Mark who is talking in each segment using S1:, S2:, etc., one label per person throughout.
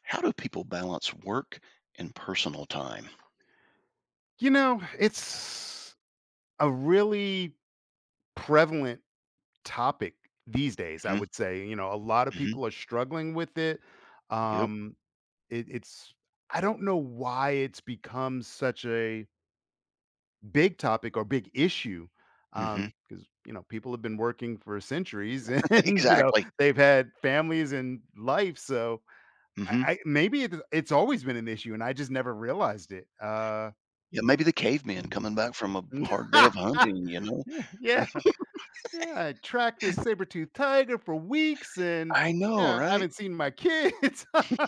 S1: How do people balance work and personal time?
S2: You know, it's a really prevalent topic these days, I
S1: Mhm,
S2: would say. You know, a lot of
S1: mhm,
S2: people are struggling with it.
S1: yep,
S2: Um, it, it's, I don't know why it's become such a big topic or big issue.
S1: mhm,
S2: Because you know, people have been working for centuries and you know,
S1: exactly,
S2: they've had families and life. So I,
S1: mhm.
S2: I maybe it's always been an issue and I just never realized it.
S1: Yeah, maybe the caveman coming back from a hard day of hunting, you know?
S2: Yeah. Yeah, I tracked this saber-tooth tiger for weeks and,
S1: I know,
S2: yeah, I
S1: right?
S2: haven't seen my kids.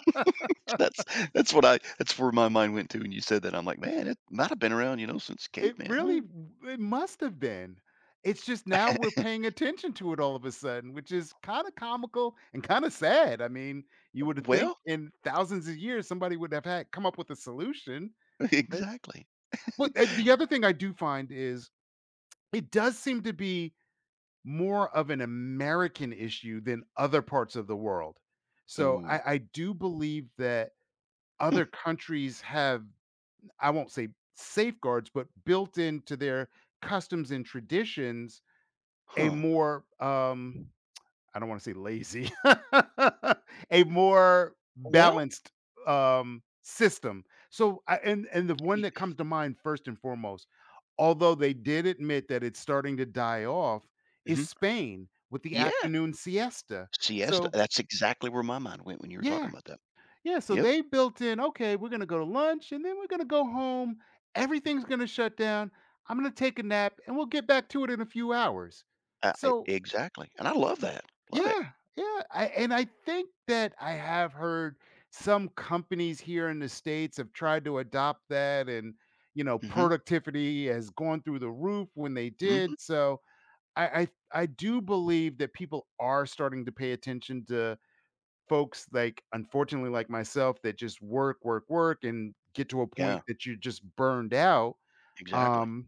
S1: That's that's what I that's where my mind went to when you said that. I'm like, "Man, it might have been around, you know, since
S2: It
S1: caveman, huh?"
S2: really w it must have been. It's just now we're paying attention to it all of a sudden, which is kinda comical and kinda sad. I mean, you would think
S1: Well,
S2: in thousands of years somebody would have had come up with a solution, but
S1: exactly.
S2: the other thing I do find is it does seem to be more of an American issue than other parts of the world. So I
S1: Ooh,
S2: I do believe that other countries have, I won't say safeguards, but built into their customs and traditions a
S1: huh.
S2: more, I don't want to say lazy, a more
S1: Well,
S2: balanced system. So, and the one
S1: y
S2: that comes to mind first and foremost, although they did admit that it's starting to die off, is
S1: mhm,
S2: Spain with the
S1: yeah,
S2: afternoon siesta.
S1: siesta,
S2: So,
S1: that's exactly where my mind went when you were
S2: yeah,
S1: talking about that.
S2: yeah, so
S1: Yep,
S2: they built in, okay, we're going to go to lunch and then we're going to go home. Everything's going to shut down. I'm going to take a nap and we'll get back to it in a few hours.
S1: I
S2: So,
S1: exactly, and I love that, love it.
S2: yeah, yeah. And I think that I have heard some companies here in the States have tried to adopt that and, you know,
S1: Mhm.
S2: productivity has gone through the roof when they
S1: Mhm.
S2: did. So, I, I, I do believe that people are starting to pay attention to folks like unfortunately like myself that just work, work, work and get to a point
S1: Yeah,
S2: that you're just burned out.
S1: exactly.
S2: Um,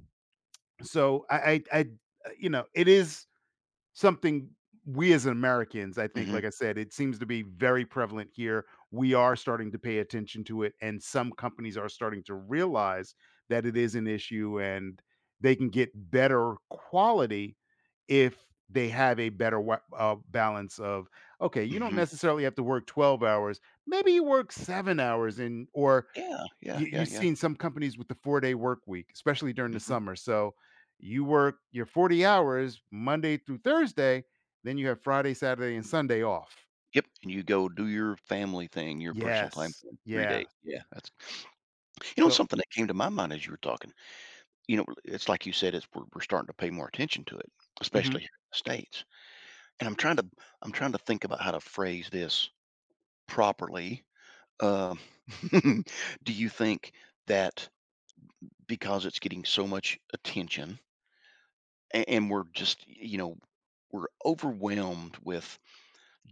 S2: so I you know, it is something we as Americans, I think,
S1: Mhm,
S2: like I said, it seems to be very prevalent here. We are starting to pay attention to it, and some companies are starting to realize that it is an issue and they can get better quality if they have a better balance of okay you don't
S1: mhm.
S2: necessarily have to work 12 hours, maybe you work 7 hours in, or
S1: Yeah, yeah, yeah,
S2: you've
S1: yeah.
S2: seen some companies with the four-day work week, especially during the
S1: Mhm.
S2: summer, so you work your 40 hours Monday through Thursday, then you have Friday, Saturday, and Sunday off.
S1: Yep, and you go do your family thing, your personal time
S2: Yes.
S1: thing, 3
S2: Yeah.
S1: days. Yeah,
S2: So
S1: something that came to my mind as you were talking, you know, it's like you said, it's we're starting to pay more attention to it,
S2: mhm,
S1: especially here in the States, and I'm trying to think about how to phrase this properly. Um, do you think that because it's getting so much attention a and we're just, you know, we're overwhelmed with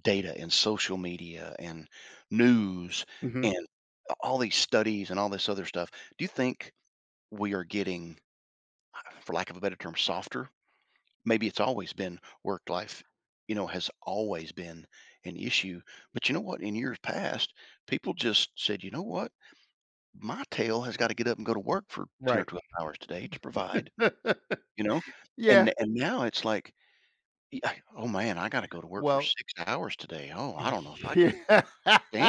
S1: data and social media and news
S2: mhm,
S1: and all these studies and all this other stuff, do you think we are getting, for lack of a better term, softer? Maybe it's always been work life, you know, has always been an issue. But you know what? In years past, people just said, you know what? My tail has got to get up and go to work for 10 or
S2: right.
S1: 12 hours today to provide, you know?
S2: Yeah,
S1: And now it's like, "Yeah, oh man, I got to go to work for
S2: well,
S1: 6 hours today. Oh, I don't know if I can
S2: yeah.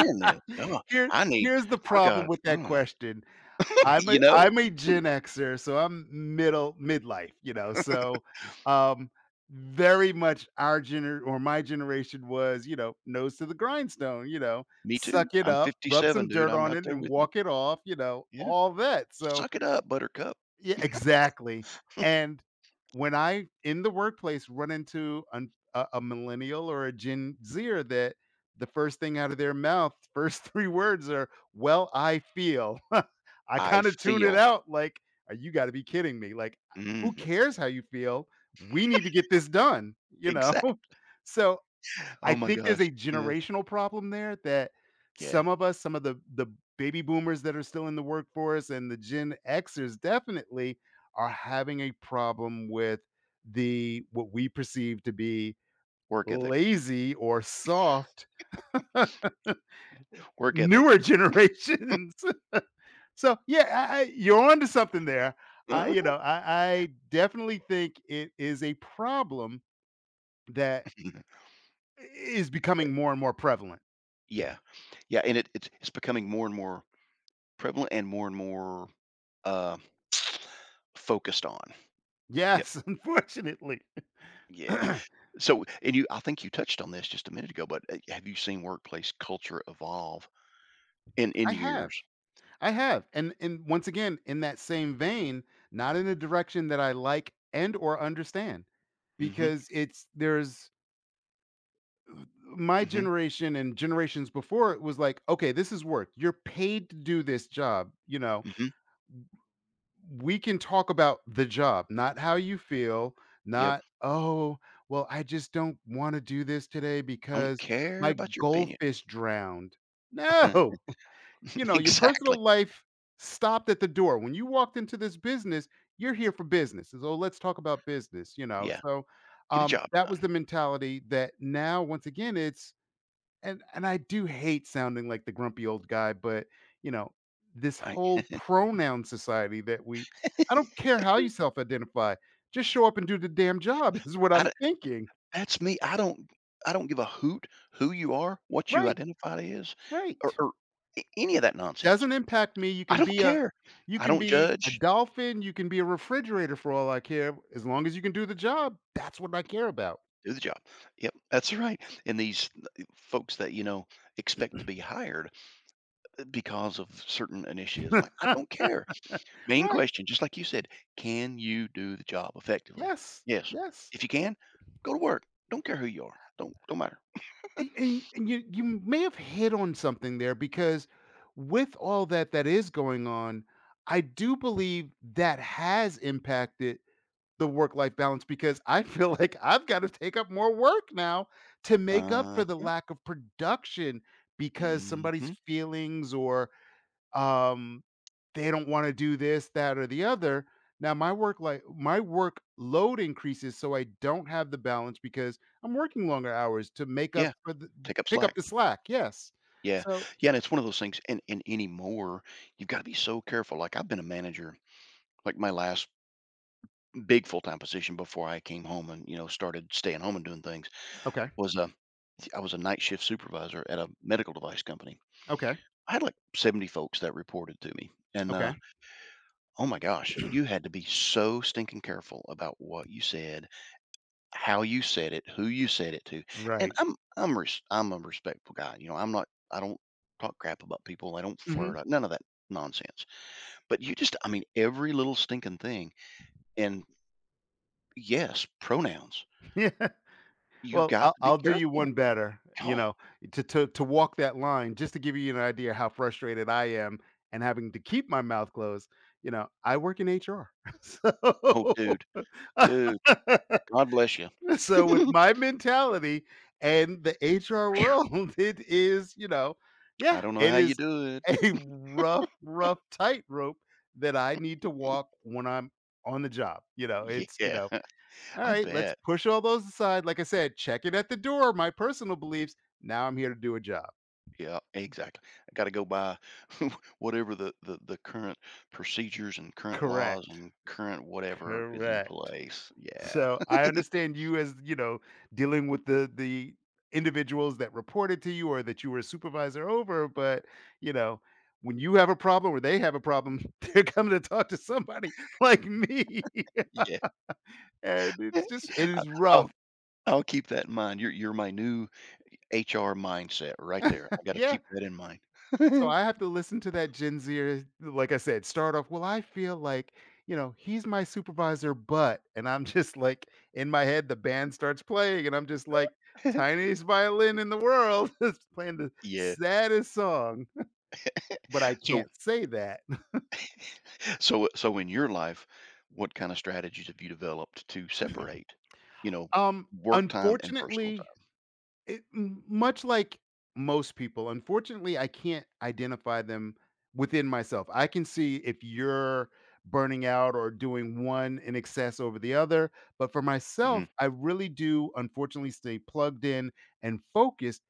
S1: this, god,
S2: Here
S1: I need
S2: here's the
S1: I
S2: problem
S1: got
S2: with that question. I'm
S1: you
S2: a
S1: know?
S2: I'm a Gen Xer, so I'm middle midlife, you know, so, um, very much our gener or my generation was, you know, nose to the grindstone, you know,
S1: Me too.
S2: suck it
S1: I'm
S2: up, rub
S1: 57,
S2: some
S1: dude,
S2: dirt
S1: I'm
S2: on
S1: right
S2: it,
S1: there
S2: and
S1: with you.
S2: walk it off, you know,
S1: Yeah.
S2: all that, so,
S1: Suck it up, buttercup,
S2: yeah, exactly, and when I, in the workplace, run into an a millennial or a Gen Zer that the first thing out of their mouth, first 3 words are, "Well, I feel." I
S1: I
S2: kinda tune it
S1: feel."
S2: out like, you gotta be kidding me, like, who
S1: Mhm.
S2: cares how you feel? We need to get this done," you know?
S1: Exact
S2: So, I
S1: oh my
S2: think there's
S1: gosh,
S2: a
S1: yeah,
S2: generational problem there that
S1: yeah,
S2: some of us, some of the baby boomers that are still in the workforce and the Gen Xers definitely are having a problem with the what we perceive to be
S1: work ethic,
S2: lazy or soft
S1: work ethic.
S2: newer generations. So, yeah, I you're onto something there. I you
S1: Mhm.
S2: know, I definitely think it is a problem that is becoming more and more prevalent.
S1: yeah, yeah, and it's becoming more and more prevalent and more, uh, focused on. Yep,
S2: Yes, unfortunately.
S1: yeah.
S2: I
S1: So, and you I think you touched on this just a minute ago, but, have you seen workplace culture evolve in
S2: have.
S1: years?
S2: I have. And once again, in that same vein, not in a direction that I like and or understand.
S1: Mhm.
S2: Because it's there's my
S1: Hmm.
S2: generation and generations before it was like, okay, this is work. You're paid to do this job, you know.
S1: Hmm.
S2: We can talk about the job, not how you feel,
S1: Yep.
S2: not oh, well, I just don't want to do this today
S1: I don't
S2: because
S1: care
S2: my
S1: about your opinion.
S2: goldfish drowned. No. You know, your
S1: exactly.
S2: personal life stopped at the door. When you walked into this business, you're here for business. So let's talk about business, you know.
S1: Yeah.
S2: So
S1: Get a job
S2: that was
S1: done.
S2: the mentality that now once again it's and I do hate sounding like the grumpy old guy, but you know, this
S1: Right.
S2: whole pronoun society that we, I don't care how you self-identify, just show up and do the damn job is what
S1: I,
S2: I'm
S1: don't-
S2: thinking.
S1: that's me. I don't. I don't give a hoot who you are, what you
S2: Right,
S1: identify as, or,
S2: right.
S1: or a- any of that nonsense.
S2: Doesn't impact me,
S1: I don't care.
S2: you
S1: I
S2: can
S1: don't
S2: be a
S1: judge.
S2: dolphin, you can be a refrigerator for all I care, as long as you can do the job, that's what I care about.
S1: Do the job. Yep, that's right. And these folks that you know expect to be hired because of certain initiatives, I'm like, I don't care. Main
S2: Right,
S1: question, just like you said, can you do the job effectively?
S2: yes,
S1: Yes.
S2: yes,
S1: If you can, go to work. Don't care who you are. Don't matter.
S2: a and you may have hit on something there because with all that that is going on, I do believe that has impacted the work-life balance because I feel like I've gotta take up more work now to make up for the
S1: Uh-huh.
S2: lack of production because somebody's
S1: Mhm.
S2: feelings or um, they don't want to do this, that, or the other. Now my workload increases, so I don't have the balance because I'm working longer hours to make up
S1: Yeah.
S2: for the
S1: Take up
S2: pick up
S1: slack.
S2: the slack. Yes.
S1: Yeah.
S2: So
S1: Yeah, and it's one of those things and anymore, you've gotta be so careful. Like I've been a manager, like my last big full-time position before I came home and, you know, started staying home and doing things
S2: okay,
S1: was, I was a night shift supervisor at a medical device company.
S2: okay,
S1: I had like 70 folks that reported to me and,
S2: okay,
S1: uh Oh my gosh, you had to be so stinking careful about what you said, how you said it, who you said it to. And
S2: right.
S1: I'm a respectful guy. You know, I don't talk crap about people. I don't
S2: Hmm.
S1: flirt. None of that nonsense. But you just I mean every little stinking thing and yes, pronouns.
S2: Yeah.
S1: You
S2: Well,
S1: got to be
S2: I'll do you one
S1: careful.
S2: better. You
S1: Oh,
S2: know, to walk that line, just to give you an idea how frustrated I am and having to keep my mouth closed. You know, I work in HR, so
S1: oh dude. Dude, God bless you.
S2: so with my mentality and the HR world, it is, you know,
S1: I
S2: yeah,
S1: don't know
S2: it
S1: how you
S2: is
S1: do it.
S2: a rough, rough tightrope that I need to walk when I'm on the job. You know,
S1: Yeah,
S2: all
S1: I
S2: right, let's
S1: bet.
S2: push all those aside. Like I said, check it at the door, my personal beliefs. Now I'm here to do a job.
S1: Yeah, exactly. I got to go by whatever the current procedures and current laws
S2: Correct.
S1: and current whatever is in
S2: Correct.
S1: place. Yeah,
S2: So, I understand you as, you know, dealing with the individuals that reported to you or that you were a supervisor over, but, you know, when you have a problem or they have a problem, they're coming to talk to somebody like me.
S1: yeah.
S2: And it
S1: I,
S2: is rough.
S1: I'll I'll keep that in mind. You're my new HR mindset right there. I got to
S2: Yeah.
S1: keep that in mind.
S2: So I have to listen to that Gen Zer, like I said, start off, well, I feel like, you know, he's my supervisor, but, and I'm just like, in my head, the band starts playing, and I'm just like, tiniest violin in the world is playing the
S1: yeah.
S2: saddest song, but I
S1: So
S2: can't say that.
S1: so in your life, what kind of strategies have you developed to separate, you know, work time and personal
S2: Unfortunately,
S1: time?
S2: It m much like most people, unfortunately, I can't identify them within myself. I can see if you're burning out or doing one in excess over the other, but for
S1: Hmm.
S2: myself, I really do unfortunately stay plugged in and focused,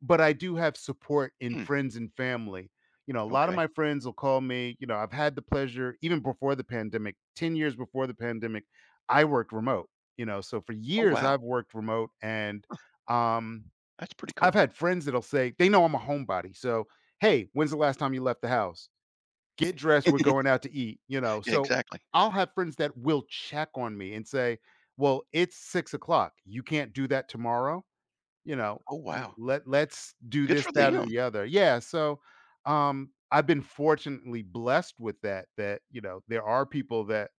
S2: but I do have support in
S1: Hmm.
S2: friends and family. You know, a lot of
S1: Okay.
S2: my friends will call me, you know, I've had the pleasure even before the pandemic, 10 years before the pandemic, I worked remote, you know, so for
S1: Oh
S2: years
S1: wow,
S2: I've worked remote and, um
S1: that's pretty
S2: I've
S1: cool.
S2: had friends that'll say they know I'm a homebody, so, "Hey, when's the last time you left the house? Get dressed, we're going out to eat," you know?
S1: Yeah,
S2: So,
S1: exactly.
S2: I'll have friends that will check on me and say, "Well, it's 6 o'clock. You can't do that tomorrow?" You know,
S1: Oh, wow.
S2: let's do
S1: Good
S2: this,
S1: for
S2: that, or
S1: them.
S2: the other. Yeah. So I've been fortunately blessed with that, that, you know, there are people that,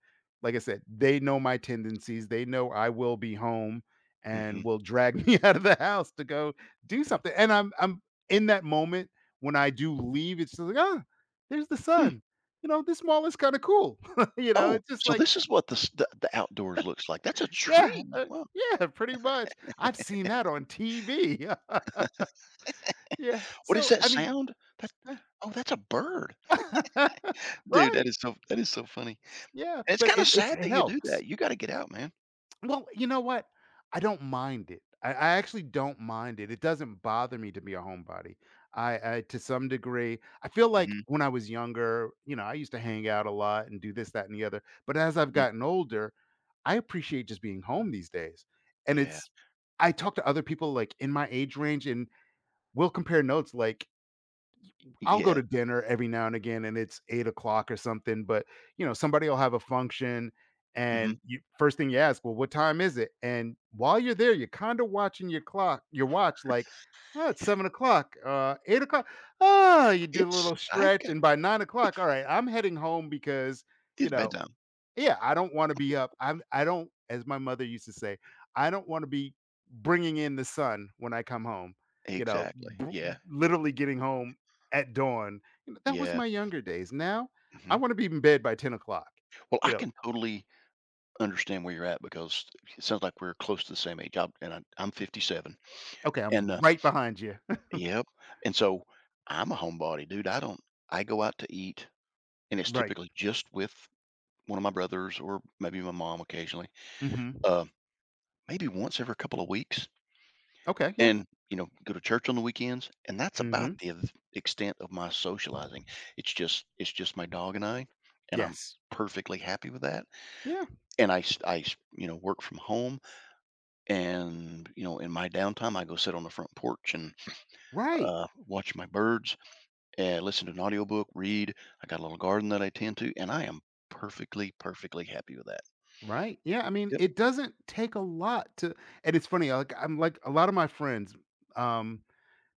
S2: like I said, they know my tendencies. They know I will be home and
S1: Mhm.
S2: will drag me out of the house to go do something. And I'm in that moment when I do leave, it's just like, ah, there's the
S1: Hmm.
S2: sun. You know, this mall is kind of cool. You know,
S1: Oh,
S2: it's just
S1: so
S2: like,
S1: this is what the s the outdoors looks like. That's a
S2: yeah,
S1: tree. Wow.
S2: yeah, pretty much. I've seen that on TV. Yeah,
S1: What is
S2: so,
S1: that
S2: I mean,
S1: sound? That oh, that's a bird. Dude, that
S2: right,
S1: is so that is so funny.
S2: yeah,
S1: And it's
S2: but
S1: kinda sad
S2: it
S1: that you do
S2: helps.
S1: that. You gotta get out, man.
S2: Well, you know what? I don't mind it. I actually don't mind it. It doesn't bother me to be a homebody. I, to some degree, I feel like
S1: Mhm,
S2: when I was younger, you know, I used to hang out a lot and do this, that, and the other, but as I've
S1: mhm.
S2: gotten older, I appreciate just being home these days, and
S1: Yeah.
S2: it's I talk to other people, like, in my age range, and we'll compare notes, like, I'll go
S1: Yeah.
S2: to dinner every now and again, and it's 8 o'clock or something, but, you know, somebody will have a function,
S1: Mhm.
S2: and you first thing you ask, "Well, what time is it?" And while you're there, you're kinda watching your watch, like, "Oh, it's 7 o'clock, 8 o'clock, oh," you do a
S1: It's
S2: little
S1: I
S2: stretch,
S1: got
S2: and by 9 o'clock, "All right, I'm heading home because, you
S1: it's
S2: know,
S1: bedtime.
S2: yeah, I don't wanna be up I'm I don't, as my mother used to say, I don't wanna be bringing in the sun when I come home, you know,
S1: Exactly.
S2: br
S1: Yeah.
S2: literally getting home at dawn, you know, that was
S1: Yeah.
S2: my younger days. Now, I
S1: Mhm.
S2: wanna be in bed by 10 o'clock.
S1: Well,
S2: You
S1: I
S2: know,
S1: can totally understand where you're at because it sounds like we're close to the same age. I'm 57,
S2: okay,
S1: and,
S2: I'm
S1: uh
S2: right behind you."
S1: Yep, and so I'm a homebody, dude, I don't I go out to eat, and it's
S2: Right.
S1: typically just with one of my brothers or maybe my mom occasionally,
S2: Mhm.
S1: uh, maybe once every couple of weeks,
S2: Okay, yeah.
S1: and, you know, go to church on the weekends, and that's about
S2: Mhm.
S1: the ev extent of my socializing. It's just my dog and I, and I'm
S2: Yes.
S1: perfectly happy with that,
S2: Yeah.
S1: and I s you know, work from home, and, you know, in my downtime, I go sit on the front porch and,
S2: Right.
S1: watch my birds, and listen to an audiobook, read. I got a little garden that I tend to, and I am perfectly, perfectly happy with that.
S2: Right. Yeah, I mean,
S1: Yep.
S2: it doesn't take a lot to. And it's funny, like, I'm like a lot of my friends, um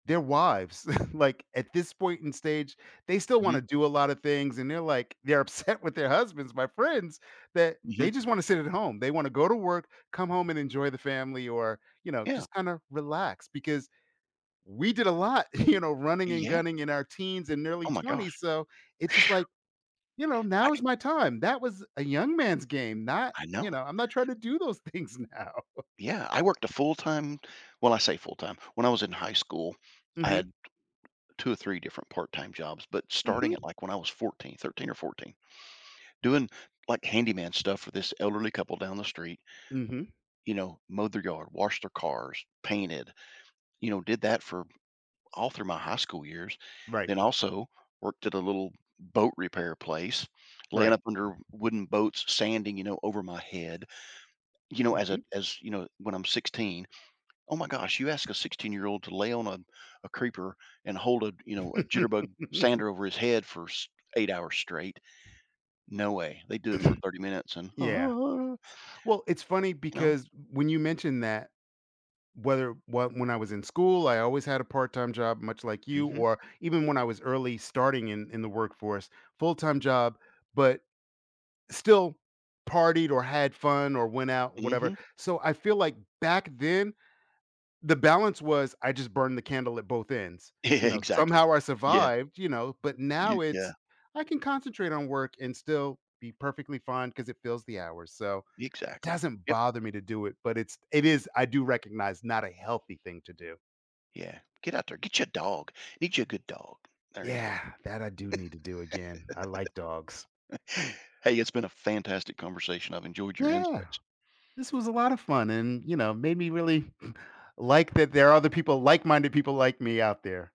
S2: their wives, like, at this point in stage, they still
S1: Hmm.
S2: wanna do a lot of things, and they're upset with their husbands, my friends, that
S1: Hmm.
S2: they just wanna sit at home. They wanna go to work, come home, and enjoy the family or, you know,
S1: Yeah.
S2: just kinda relax because we did a lot, you know, running and
S1: Yeah.
S2: gunning in our teens and early
S1: Oh my
S2: 20s,
S1: gosh.
S2: so it's just
S1: Phew.
S2: like, you know,
S1: I,
S2: now is my time. That was a young man's game, not
S1: I know.
S2: you know, I'm not trying to do those things now.
S1: Yeah. I worked a full time, well, I say full time. When I was in high school, I
S2: Mhm,
S1: had two or three different part time jobs, but starting
S2: mhm,
S1: at like when I was 13 or 14, doing like handyman stuff for this elderly couple down the street,
S2: mhm.
S1: you know, mowed their yard, washed their cars, painted, you know, did that for all through my high school years.
S2: Right,
S1: Then also worked at a little boat repair place, laying
S2: right.
S1: up under wooden boats, sanding, you know, over my head. You know, as a
S2: Mhm.
S1: as you know, when I'm 16, oh my gosh, you ask a 16-year-old to lay on a creeper and hold a you know a jitterbug sander over his head for 8 hours straight? No way. They do it for 30 minutes and "Ah,"
S2: Yeah.
S1: you
S2: Well, it's funny
S1: know,
S2: because when you mentioned that, whether what when I was in school, I always had a part-time job, much like you,
S1: mm-hmm,
S2: or even when I was early starting in the workforce, full-time job, but still partied or had fun or went out, whatever.
S1: mm-hmm,
S2: So I feel like back then the balance was I just burned the candle at both ends.
S1: yeah,
S2: You know,
S1: exactly.
S2: somehow I
S1: Yeah,
S2: survived, you know, but now
S1: yeah,
S2: it's I can concentrate on work and still be perfectly fine because it fills the hours, so it
S1: exactly.
S2: doesn't bother me to do it, but it is, I do recognize, not a healthy thing to do.
S1: Yeah. Get out there. Get you a dog. Need you a good dog. There you
S2: Yeah, that I do need to do again. I like dogs.
S1: go. Hey, it's been a fantastic conversation. I've enjoyed your
S2: Yeah,
S1: insights.
S2: this was a lot of fun and, you know, made me really like that there are other people like-minded people like me out there.